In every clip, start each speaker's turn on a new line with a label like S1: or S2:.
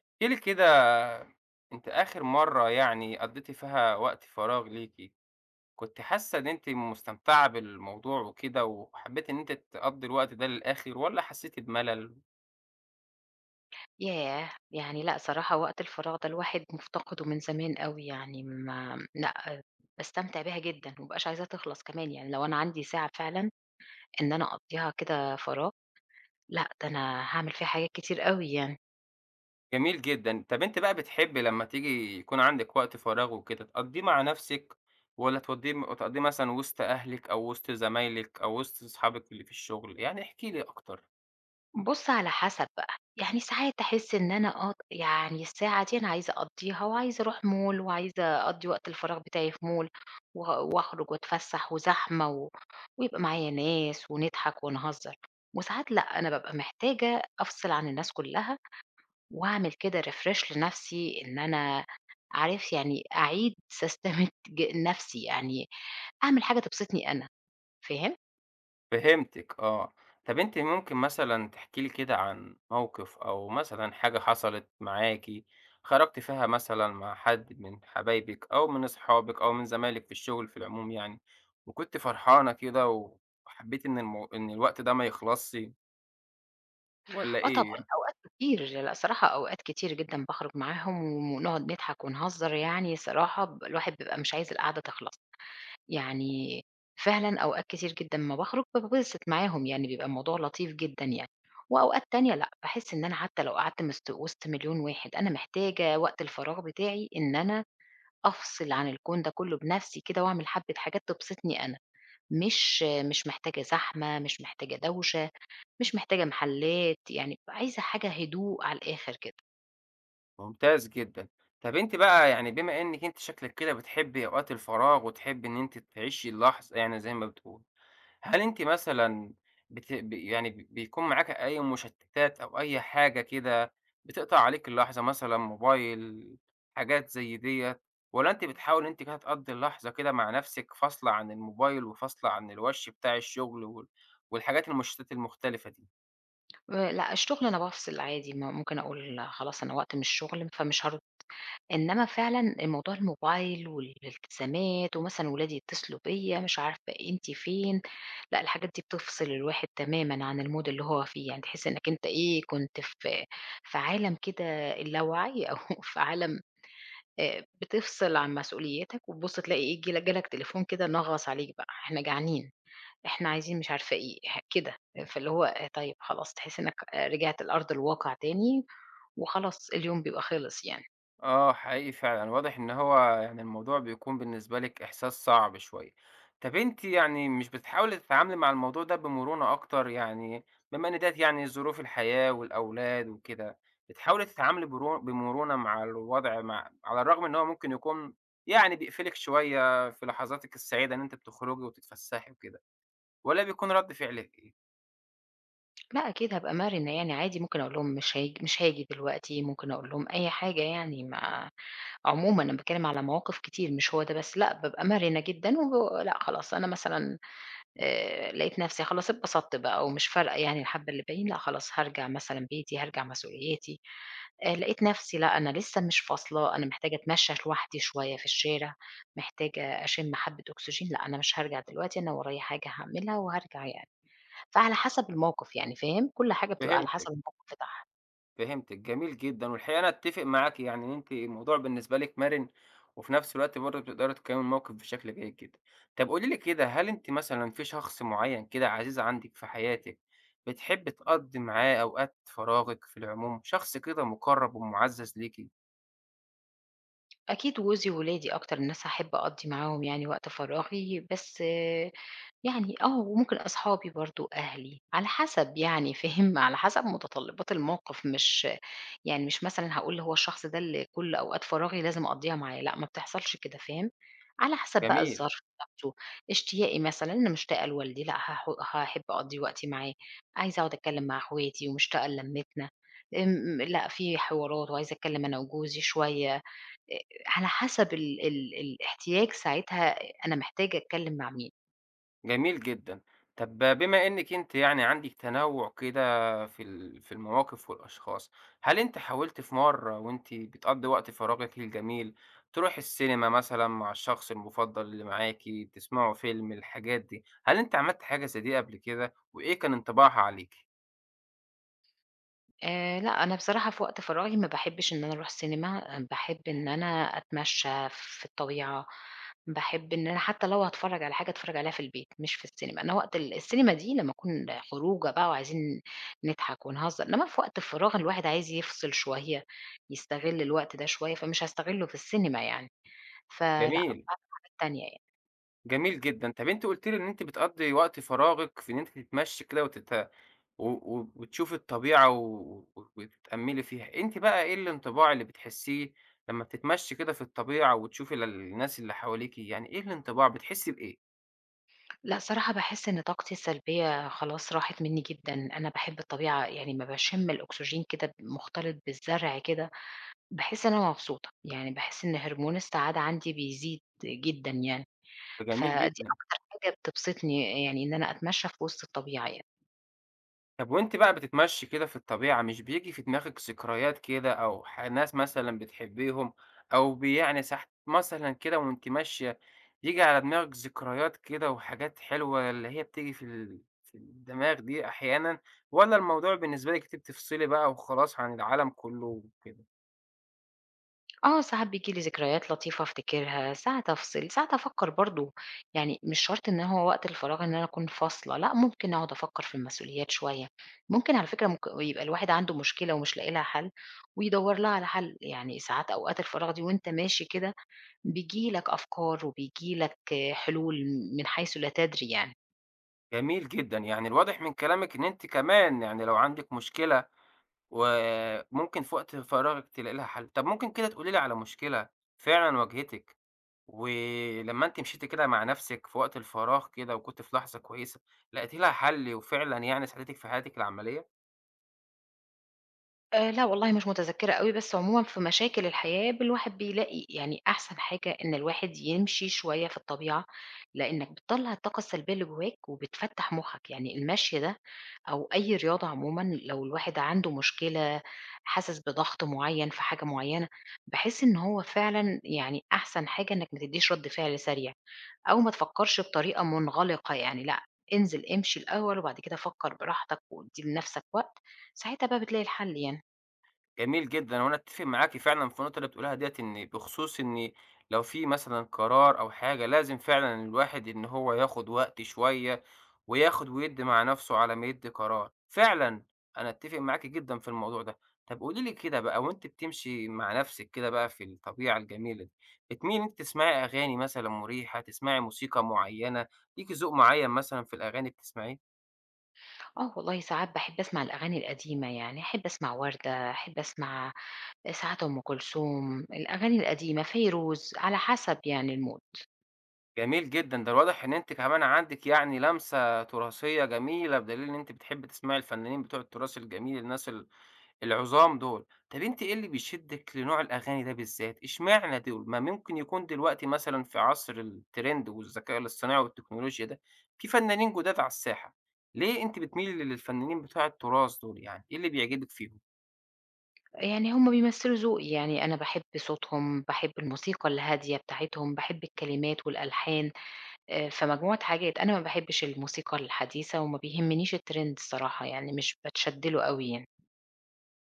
S1: احكِ لي كده. أنتِ آخر مرّة قضّيتِ فيها وقت فراغ ليكِ، كنتِ حاسة إن أنتِ مستمتعة بالموضوع وكده وحبّيتِ إن أنتِ تقضّي الوقت ده للآخر والّا حسّيتِ بملل؟
S2: ياه! يعني لأ صراحة وقت الفراغ ده الواحد مُفتقده من زمان أوي، يعني ما لأ باستمتع بيها جدًا، وما بابقاش عايزاها تخلص كمان، يعني لو أنا عندي ساعة فعلًا إن أنا أقضّيها كده فراغ، لأ ده أنا هاعمل فيها حاجات كتير أوي يعني.
S1: جميل جدًا. طَب أنتِ بقى بتحبّي لمّا تيجي يكون عندِك وقت فراغ وكده تقضّيه مع نَفْسِك والّا تودّيه تقضّيه مثلًا وِسط أهلِك أو وِسط زمايلِك أو وِسط صحابِك اللي في الشُغل؟ احكِ لي أكتر.
S2: بُص على حسب بقى، يعني ساعات أحس إن أنا يعني الساعة دي أنا عايزة أقضّيها، وعايزة أروح mall، وعايزة أقضّي وقت الفراغ بتاعي في mall وه وأخرج وأتفسّح وزحمة و ويبقى معايا ناس ونضحك ونهزّر. وساعات لأ، أنا بابقى محتاجة أفصل عن الناس كُلّها، وأعمل كده refresh لنَفْسي، إن أنا عارف يعني أعيد سيستمة نَفْسي، يعني أعمل حاجة تبسطني أنا، فاهم؟
S1: فهمتِك آه. طَب أنتِ ممكن مثلًا تحكي لي كده عن موقف أو مثلًا حاجة حصلت معاكِ، خرجتِ فيها مثلًا مع حد من حبايبِك أو من أصحابِك أو من زمايلِك في الشغل في العموم، يعني، وكنتِ فرحانة كده و وحبيتِ إن المو إن الوقت ده ما يخلصش والّا
S2: آه طبعًا،
S1: إيه يعني؟
S2: أوقات كتير، لأ صراحة أوقات كتير جدًا باخرج معاهم ونقعد نضحك ونهزر، يعني صراحة الواحد بيبقى مش عايز القعدة تخلص يعني. فعلًا أوقات كتير جدًا أمّا باخرج بابسط معاهم، يعني بيبقى الموضوع لطيف جدًا يعني. وأوقات تانية لأ، باحس إن أنا حتى لو قعدت وسط مليون واحد، أنا محتاجة وقت الفراغ بتاعي إن أنا أفصل عن الكون ده كله بنفسي كده، وأعمل حبة حاجات تبسطني أنا. مش محتاجة زحمة، مش محتاجة دوشة، مش محتاجة محلات، يعني عايزة حاجة هدوء على الآخر كده.
S1: ممتاز جدًا. طَب أنتِ بقى بما إنِّك أنتِ شكلِك كده بتحبي أوقات الفراغ وتحبي إن أنتِ تعيشي اللحظة، زي ما بتقولي. هل أنتِ مثلًا بت ب يعني ب بيكون معاكِ أي مشتتات أو أي حاجة كده بتقطع عليكِ اللحظة مثلًا موبايل، حاجات زي ديّة، والّا أنتِ بتحاولي إن أنتِ كده تقضّي اللحظة كده مع نفسِك فاصلة عن الموبايل وفاصلة عن الوَش بتاع الشغل والحاجات المشتتات المختلفة دي؟
S2: لأ، الشغل أنا بافصل عادي، ممكن أقول لا، خلاص أنا وقت من الشغل فمش هارُد، إنّما فعلًا موضوع الموبايل والالتزامات، ومثلًا ولادي يتصلوا بيّا مش عارفة أنتِ فين، لأ الحاجات دي بتفصل الواحد تمامًا عن الmood اللي هو فيه. يعني تحس إنّك أنت إيه، كنت في عالم كده اللاوعي، أو في عالم بتفصل عن مسؤولياتك وتبُص تلاقي إيه، جه لك تليفون كده نغّص عليك بقى، إحنا جعانين، إحنا عايزين مش عارفة إيه، كده. فاللي هو طيب خلاص تحس إنك رجعت لأرض الواقع تاني، وخلاص اليوم بيبقى خلص يعني.
S1: آه، حقيقي فعلًا، واضح إن هو الموضوع بيكون بالنسبة لِك إحساس صعب شوية. طَب أنتِ مش بتحاولي تتعاملي مع الموضوع ده بمرونة أكتر؟ يعني بما إن ديّة يعني ظروف الحياة والأولاد وكده، بتحاولي تتعاملي برو بمرونة مع الوضع على الرغم إن هو ممكن يكون يعني بيقفلِك شوية في لحظاتِك السعيدة إن أنتِ بتخرجي وتتفسحي وكده، والّا بيكون رَد فعلِك إيه؟
S2: لأ أكيد هابقى مرنة يعني عادي، ممكن أقول لهم مش هاجي دلوقتي، ممكن أقول لهم أي حاجة يعني. ما عمومًا أنا باتكلم على مواقف كتير مش هو ده بس، لأ بابقى مرنة جدًا لأ خلاص أنا مثلًا لقيت نفسي خلاص اتبسطت بقى، ومش فارقة يعني الحبّة اللي باقيين، لأ خلاص هارجع مثلًا بيتي، هارجع مسؤولياتي. لقيت نفسي لأ أنا لسه مش فاصلة، أنا محتاجة أتمشّى لوحدي شوية في الشارع، محتاجة أشم حبّة أكسجين، لأ أنا مش هارجع دلوقتي، أنا ورايا حاجة هاعملها وهارجع يعني. فعلى حسب الموقف يعني، فاهم؟ كل حاجة بتبقى على
S1: فهمتِك.
S2: حسب الموقف بتاعها.
S1: فهمتِك، جميل جدًا، والحقيقة أنا أتّفق معاكِ يعني إن أنتِ الموضوع بالنسبة لِك مرِن، وفي نفس الوقت برضه بتقدري تقيّمي الموقف بشكل جيد جدًا. طَب قولي لي كده، هل أنتِ مثلًا في شخص معيّن كده عزيز عندِك في حياتِك، بتحبّي تقضّي معاه أوقات فراغِك في العموم، شخص كده مُقرّب ومُعزّز ليكِ؟
S2: أكيد جوزي وولادي أكتر الناس هاحب أقضّي معاهم يعني وقت فراغي، بس يعني وممكن أصحابي برضه، أهلي، على حسب يعني فاهم، على حسب متطلبات الموقف. مش يعني مش مثلًا هاقول هو الشخص ده اللي كل أوقات فراغي لازم أقضّيها معاه، لأ ما بتحصلش كده فاهم، على حسب بقى
S1: جميل.
S2: الظرف نفسه. اشتياقي مثلًا، أنا مشتاقة لوالدي لأ هاحب أقضّي وقتي معاه، عايزة أقعد أتكلّم مع أخواتي ومشتاقة للمتنا. لأ في حوارات، وعايزة أتكلّم أنا وجوزي شوية، على حسب ال ال الاحتياج ساعتها أنا محتاجة أتكلّم مع مين.
S1: جميل جدًا. طب بما إنِّك أنتِ يعني عندِك تنوُّع كده في ال في المواقف والأشخاص، هل أنتِ حاولتِ في مرّة وأنتِ بتقضّي وقت فراغِك الجميل تروحي السينما مثلًا مع الشخص المُفضّل اللي معاكِ، تسمعوا فيلم، الحاجات دي، هل أنتِ عملتِ حاجة زي دي قبل كده وإيه كان انطباعها عليكِ؟
S2: لأ، أنا بصراحة في وقت فراغي ما باحبّش إن أنا أروح السينما. آه، باحب إن أنا أتمشّى في الطبيعة، باحب إن أنا حتّى لو هاتفرّج على حاجة أتفرّج عليها في البيت مش في السينما. أنا وقت السينما دي لمّا أكون خروجة بقى وعايزين نضحك ونهزّر، إنّما في وقت الفراغ الواحد عايز يفصل شوية، يستغل الوقت ده شوية، فمش هاستغلّه في السينما يعني. فلأ، باعمل
S1: جميل،
S2: حاجات تانية يعني.
S1: جميل جدًا. طب أنتِ قُلتِ لي إن أنتِ بتقضّي وقت فراغِك في إن أنتِ تتمشّي كده وتت و و وتشوفي الطبيعة و و وتتأمّلي فيها، أنتِ بقى إيه الانطباع اللي بتحسّيه لمّا بتتمشّي كده في الطبيعة وتشوفي الناس اللي حواليكِ، يعني إيه الانطباع بتحسّي بإيه؟
S2: لأ، صراحة باحس إن طاقتي السلبية خلاص راحت منّي جدًا. أنا باحب الطبيعة، يعني أمّا باشِم الأكسجين كده مختلط بالزرع كده باحس إن أنا مبسوطة، يعني باحس إن هرمون السعادة عندي بيزيد جدًا يعني.
S1: ده جميل
S2: فدي
S1: جدًا.
S2: أكتر حاجة بتبسطني، يعني إن أنا أتمشى في وسط الطبيعة يعني.
S1: طب وأنتِ بقى بتتمشي كده في الطبيعة، مش بييجي في دماغِك ذكريات كده أو ح ناس مثلًا بتحبيهم أو ب يعني ساعات مثلًا كده وأنتِ ماشية ييجي على دماغِك ذكريات كده وحاجات حلوة اللي هي بتيجي في ال في الدماغ دي أحيانًا، والّا الموضوع بالنسبة لِك أنتِ بتفصلي بقى وخلاص عن العالم كله وكده؟
S2: آه، ساعات بييجي لي ذكريات لطيفة أفتكرها، ساعات أفصل، ساعات أفكّر برضه. يعني مش شرط إن هو وقت الفراغ إن أنا أكون فاصلة، لأ ممكن أقعد أفكّر في المسؤوليات شوية. ممكن على فكرة ممكن يبقى الواحد عنده مشكلة ومش لاقي لها حل، ويدوّر لها على حل. يعني ساعات أوقات الفراغ دي وأنت ماشي كده، بييجي لك أفكار وبييجي لك حلول من حيث لا تدري يعني.
S1: جميل جدًا، يعني الواضح من كلامِك إن أنتِ كمان يعني لو عندِك مشكلة وممكن في وقت فراغِك تلاقي لها حل. طب ممكن كده تقولي لي على مشكلة فعلًا واجهتِك ولمّا أنتِ مشيتِ كده مع نَفْسِك في وقت الفراغ كده وكنتِ في لحظة كويسة، لقيتِ لها حَل وفعلًا يعني ساعدتِك في حياتِك العملية؟
S2: لأ والله مش متذكّرة أوي، بس عمومًا في مشاكل الحياة الواحد بيلاقي يعني أحسن حاجة إن الواحد يمشي شوية في الطبيعة، لإنّك بتطلّع الطاقة السلبية اللي جواك وبتفتّح مُخّك. يعني المشي ده أو أي رياضة عمومًا، لو الواحد عنده مشكلة، حاسس بضغط معيّن في حاجة معيّنة، باحس إن هو فعلًا يعني أحسن حاجة إنّك ما تدّيش رَد فعل سريع، أو ما تفكّرش بطريقة منغلقة يعني. لأ، انزل امشي الأول، وبعد كده فكّر براحتك وادّي لنَفْسك وقت، ساعتها بقى بتلاقي الحل يعني.
S1: جميل جدًا، وأنا أتفق معاكِ فعلًا في النقطة اللي بتقوليها ديّة، بخصوص إن لو في مثلًا قرار أو حاجة لازم فعلًا الواحد إن هو ياخد وقت شوية، وياخد ويدّي مع نفسه على ما يدّي قرار، فعلًا أنا أتفق معاكِ جدًا في الموضوع ده. طب قولي لي كده بقى وأنتِ بتمشي مع نفسِك كده بقى في الطبيعة الجميلة دي، بتميلي إن أنتِ تسمعي أغاني مثلًا مُريحة، تسمعي موسيقى معينة، ليكِ ذوق معين مثلًا في الأغاني بتسمعيه؟
S2: آه والله ساعات باحب أسمع الأغاني القديمة، يعني أحب أسمع وردة، أحب أسمع ساعات أم كلثوم، الأغاني القديمة، فيروز، على حسب يعني الmood.
S1: جميل جدًا، ده الواضح إن أنتِ كمان عندِك يعني لمسة تراثية جميلة، بدليل إن أنتِ بتحبي تسمعي الفنانين بتوع التراث الجميل، الناس العظام دول. طب أنتِ إيه اللي بيشدِّك لنوع الأغاني ده بالذات؟ إشمعنى دول؟ ما ممكن يكون دلوقتي مثلًا في عصر الtrend والذكاء الاصطناعي والتكنولوجيا ده، في فنانين جداد على الساحة، ليه أنتِ بتميلي للفنانين بتوع التراث دول يعني، إيه اللي بيعجبِك فيهم؟
S2: يعني هم بيمثّلوا ذوقي، يعني أنا باحب صوتهم، باحب الموسيقى الهادية بتاعتهم، باحب الكلمات والألحان، فمجموعة حاجات. أنا ما باحبش الموسيقى الحديثة، وما بيهمنيش الtrend الصراحة، يعني مش باتشد له أوي يعني.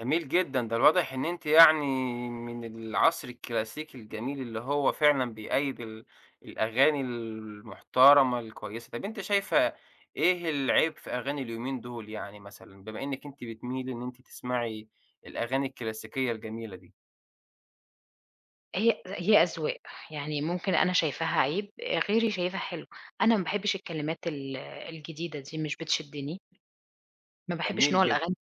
S1: جميل جدًا، ده الواضح إن أنتِ يعني من العصر الكلاسيكي الجميل اللي هو فعلًا بيأيد الأغاني المحترمة الكويسة. طب أنتِ شايفة إيه العيب في أغاني اليومين دول يعني مثلًا، بما إنِّك أنتِ بتميلي إن أنتِ تسمعي الأغاني الكلاسيكية الجميلة دي؟
S2: هي هي أذواق، يعني ممكن أنا شايفاها عيب، غيري شايفها حلو. أنا ما باحبش الكلمات الجديدة دي، مش بتشدّني. ما باحبش
S1: جميل
S2: نوع
S1: جدًا.
S2: الأغاني،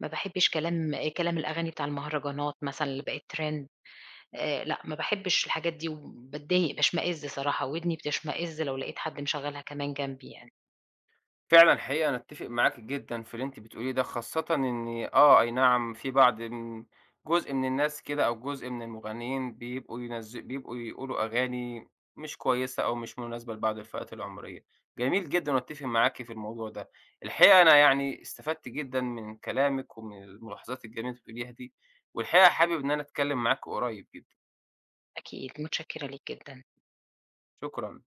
S2: ما باحبش كلام الأغاني بتاع المهرجانات مثلًا اللي بقت trend. لأ، ما باحبش الحاجات دي وباتضايق، باشمئز صراحة، ودني بتشمئز لو لقيت حد مشغّلها كمان جنبي يعني.
S1: فعلًا الحقيقة أنا أتّفق معاكِ جدًا في اللي أنتِ بتقوليه ده، خاصةً إن أي نعم في بعض من جزء من الناس كده أو جزء من المغنيين بيبقوا يقولوا أغاني مش كويسة أو مش مناسبة لبعض الفئات العمرية. جميل جدًا وأتّفق معاكِ في الموضوع ده. الحقيقة أنا يعني استفدت جدًا من كلامِك ومن الملاحظات الجميلة اللي أنتِ بتقوليها دي، والحقيقة حابب إن أنا أتكلّم معاكِ قريب جدًا.
S2: أكيد، متشكّرة ليك جدًا.
S1: شكرًا.